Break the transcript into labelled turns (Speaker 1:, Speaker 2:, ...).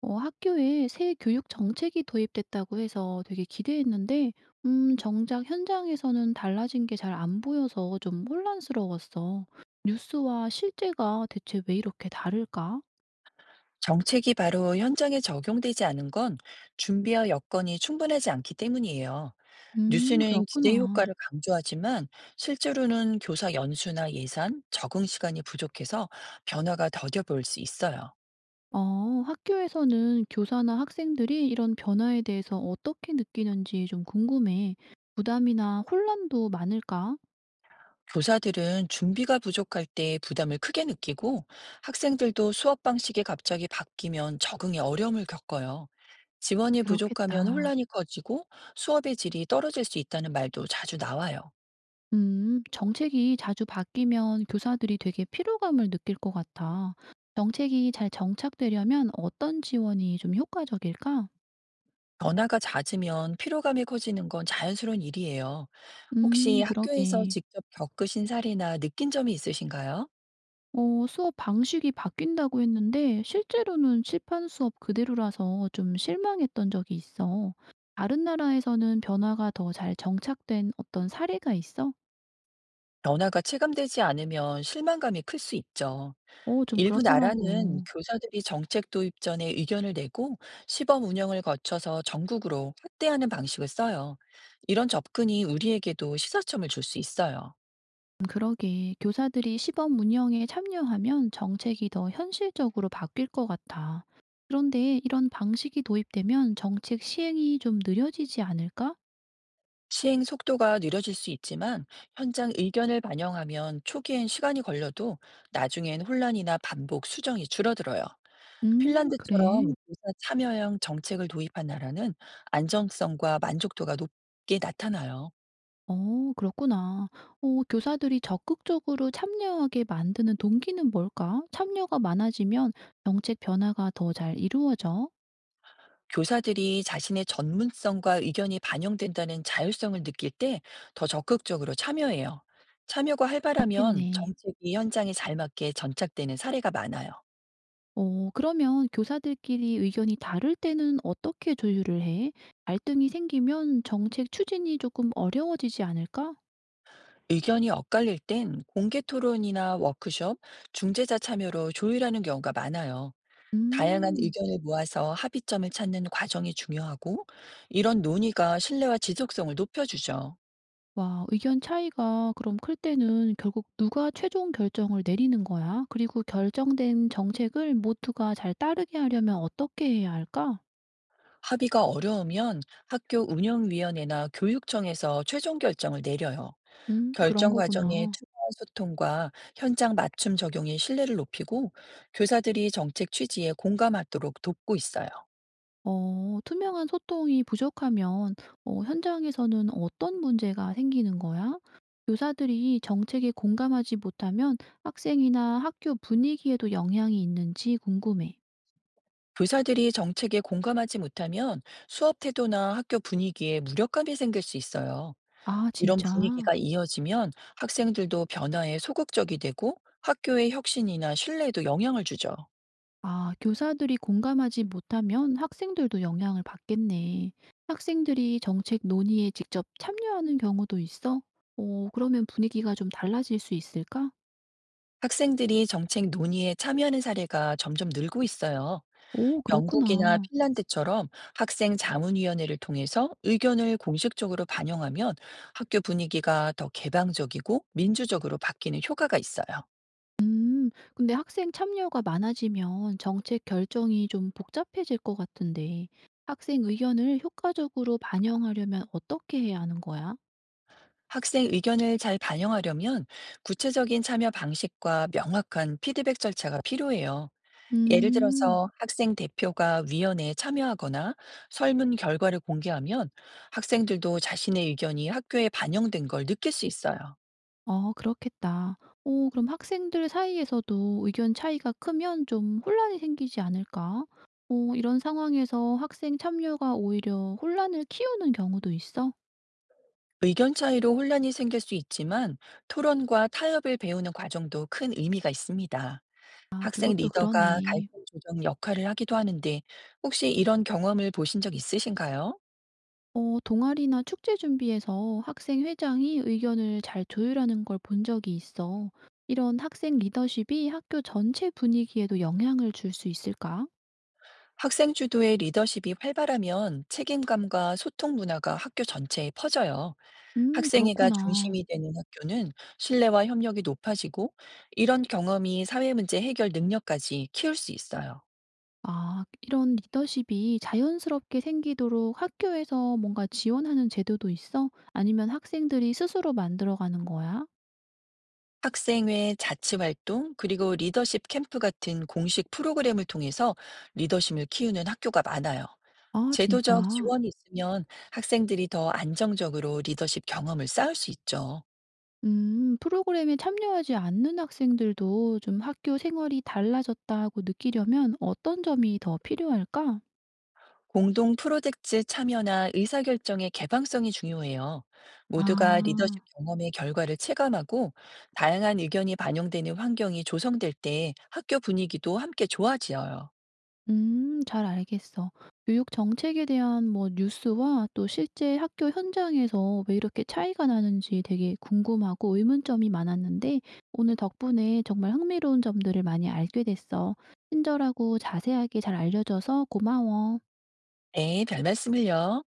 Speaker 1: 어 학교에 새 교육 정책이 도입됐다고 해서 되게 기대했는데, 정작 현장에서는 달라진 게 잘 안 보여서 좀 혼란스러웠어. 뉴스와 실제가 대체 왜 이렇게 다를까?
Speaker 2: 정책이 바로 현장에 적용되지 않은 건 준비와 여건이 충분하지 않기 때문이에요. 뉴스는 기대
Speaker 1: 그렇구나.
Speaker 2: 효과를 강조하지만, 실제로는 교사 연수나 예산, 적응 시간이 부족해서 변화가 더뎌 보일 수 있어요.
Speaker 1: 어, 학교에서는 교사나 학생들이 이런 변화에 대해서 어떻게 느끼는지 좀 궁금해. 부담이나 혼란도 많을까?
Speaker 2: 교사들은 준비가 부족할 때 부담을 크게 느끼고, 학생들도 수업 방식이 갑자기 바뀌면 적응에 어려움을 겪어요. 지원이 부족하면
Speaker 1: 그렇겠다.
Speaker 2: 혼란이 커지고, 수업의 질이 떨어질 수 있다는 말도 자주 나와요.
Speaker 1: 정책이 자주 바뀌면 교사들이 되게 피로감을 느낄 것 같아. 정책이 잘 정착되려면 어떤 지원이 좀 효과적일까?
Speaker 2: 변화가 잦으면 피로감이 커지는 건 자연스러운 일이에요. 혹시 학교에서
Speaker 1: 그러게.
Speaker 2: 직접 겪으신 사례나 느낀 점이 있으신가요?
Speaker 1: 어, 수업 방식이 바뀐다고 했는데 실제로는 칠판 수업 그대로라서 좀 실망했던 적이 있어. 다른 나라에서는 변화가 더 잘 정착된 어떤 사례가 있어?
Speaker 2: 변화가 체감되지 않으면 실망감이 클 수 있죠.
Speaker 1: 어, 좀
Speaker 2: 일부 나라는
Speaker 1: 그렇더라고.
Speaker 2: 교사들이 정책 도입 전에 의견을 내고, 시범 운영을 거쳐서 전국으로 확대하는 방식을 써요. 이런 접근이 우리에게도 시사점을 줄 수 있어요.
Speaker 1: 그러게. 교사들이 시범 운영에 참여하면 정책이 더 현실적으로 바뀔 것 같아. 그런데 이런 방식이 도입되면 정책 시행이 좀 느려지지 않을까?
Speaker 2: 시행 속도가 느려질 수 있지만, 현장 의견을 반영하면 초기엔 시간이 걸려도 나중엔 혼란이나 반복 수정이 줄어들어요. 핀란드처럼
Speaker 1: 그래.
Speaker 2: 교사 참여형 정책을 도입한 나라는 안정성과 만족도가 높게 나타나요.
Speaker 1: 어, 그렇구나. 어, 교사들이 적극적으로 참여하게 만드는 동기는 뭘까? 참여가 많아지면 정책 변화가 더 잘 이루어져.
Speaker 2: 교사들이 자신의 전문성과 의견이 반영된다는 자율성을 느낄 때 더 적극적으로 참여해요. 참여가 활발하면
Speaker 1: 그렇겠네.
Speaker 2: 정책이 현장에 잘 맞게 전착되는 사례가 많아요.
Speaker 1: 어 그러면 교사들끼리 의견이 다를 때는 어떻게 조율을 해? 갈등이 생기면 정책 추진이 조금 어려워지지 않을까?
Speaker 2: 의견이 엇갈릴 땐 공개 토론이나 워크숍, 중재자 참여로 조율하는 경우가 많아요. 다양한
Speaker 1: 음.
Speaker 2: 의견을 모아서 합의점을 찾는 과정이 중요하고, 이런 논의가 신뢰와 지속성을 높여주죠.
Speaker 1: 와, 의견 차이가 그럼 클 때는 결국 누가 최종 결정을 내리는 거야? 그리고 결정된 정책을 모두가 잘 따르게 하려면 어떻게 해야 할까?
Speaker 2: 합의가 어려우면 학교 운영위원회나 교육청에서 최종 결정을 내려요.
Speaker 1: 그런
Speaker 2: 결정 과정에
Speaker 1: 거구나.
Speaker 2: 투명한 소통과 현장 맞춤 적용이 신뢰를 높이고, 교사들이 정책 취지에 공감하도록 돕고 있어요.
Speaker 1: 어 투명한 소통이 부족하면 어 현장에서는 어떤 문제가 생기는 거야? 교사들이 정책에 공감하지 못하면 학생이나 학교 분위기에도 영향이 있는지 궁금해.
Speaker 2: 교사들이 정책에 공감하지 못하면 수업 태도나 학교 분위기에 무력감이 생길 수 있어요.
Speaker 1: 아,
Speaker 2: 이런
Speaker 1: 진짜?
Speaker 2: 분위기가 이어지면 학생들도 변화에 소극적이 되고, 학교의 혁신이나 신뢰에도 영향을 주죠.
Speaker 1: 아, 교사들이 공감하지 못하면 학생들도 영향을 받겠네. 학생들이 정책 논의에 직접 참여하는 경우도 있어? 어, 그러면 분위기가 좀 달라질 수 있을까?
Speaker 2: 학생들이 정책 논의에 참여하는 사례가 점점 늘고 있어요.
Speaker 1: 오,
Speaker 2: 영국이나
Speaker 1: 그렇구나.
Speaker 2: 핀란드처럼 학생 자문위원회를 통해서 의견을 공식적으로 반영하면 학교 분위기가 더 개방적이고 민주적으로 바뀌는 효과가 있어요.
Speaker 1: 음. 근데 학생 참여가 많아지면 정책 결정이 좀 복잡해질 것 같은데, 학생 의견을 효과적으로 반영하려면 어떻게 해야 하는 거야?
Speaker 2: 학생 의견을 잘 반영하려면 구체적인 참여 방식과 명확한 피드백 절차가 필요해요. 예를
Speaker 1: 음.
Speaker 2: 들어서 학생 대표가 위원회에 참여하거나 설문 결과를 공개하면, 학생들도 자신의 의견이 학교에 반영된 걸 느낄 수 있어요.
Speaker 1: 어, 그렇겠다. 오, 그럼 학생들 사이에서도 의견 차이가 크면 좀 혼란이 생기지 않을까? 오, 이런 상황에서 학생 참여가 오히려 혼란을 키우는 경우도 있어?
Speaker 2: 의견 차이로 혼란이 생길 수 있지만, 토론과 타협을 배우는 과정도 큰 의미가 있습니다.
Speaker 1: 아,
Speaker 2: 학생
Speaker 1: 그것도
Speaker 2: 리더가
Speaker 1: 그러네.
Speaker 2: 갈등 조정 역할을 하기도 하는데, 혹시 이런 경험을 보신 적 있으신가요?
Speaker 1: 어, 동아리나 축제 준비에서 학생 회장이 의견을 잘 조율하는 걸 본 적이 있어. 이런 학생 리더십이 학교 전체 분위기에도 영향을 줄 수 있을까?
Speaker 2: 학생 주도의 리더십이 활발하면 책임감과 소통 문화가 학교 전체에 퍼져요. 학생회가
Speaker 1: 그렇구나.
Speaker 2: 중심이 되는 학교는 신뢰와 협력이 높아지고, 이런 경험이 사회 문제 해결 능력까지 키울 수 있어요.
Speaker 1: 아, 이런 리더십이 자연스럽게 생기도록 학교에서 뭔가 지원하는 제도도 있어? 아니면 학생들이 스스로 만들어가는 거야?
Speaker 2: 학생회 자치 활동 그리고 리더십 캠프 같은 공식 프로그램을 통해서 리더십을 키우는 학교가 많아요.
Speaker 1: 아,
Speaker 2: 제도적
Speaker 1: 진짜.
Speaker 2: 지원이 있으면 학생들이 더 안정적으로 리더십 경험을 쌓을 수 있죠.
Speaker 1: 프로그램에 참여하지 않는 학생들도 좀 학교 생활이 달라졌다고 느끼려면 어떤 점이 더 필요할까?
Speaker 2: 공동 프로젝트 참여나 의사결정의 개방성이 중요해요. 모두가 리더십
Speaker 1: 아,
Speaker 2: 경험의 결과를 체감하고, 다양한 의견이 반영되는 환경이 조성될 때 학교 분위기도 함께 좋아지어요.
Speaker 1: 잘 알겠어. 교육 정책에 대한 뭐 뉴스와 또 실제 학교 현장에서 왜 이렇게 차이가 나는지 되게 궁금하고 의문점이 많았는데 오늘 덕분에 정말 흥미로운 점들을 많이 알게 됐어. 친절하고 자세하게 잘 알려줘서 고마워.
Speaker 2: 네, 별 말씀을요.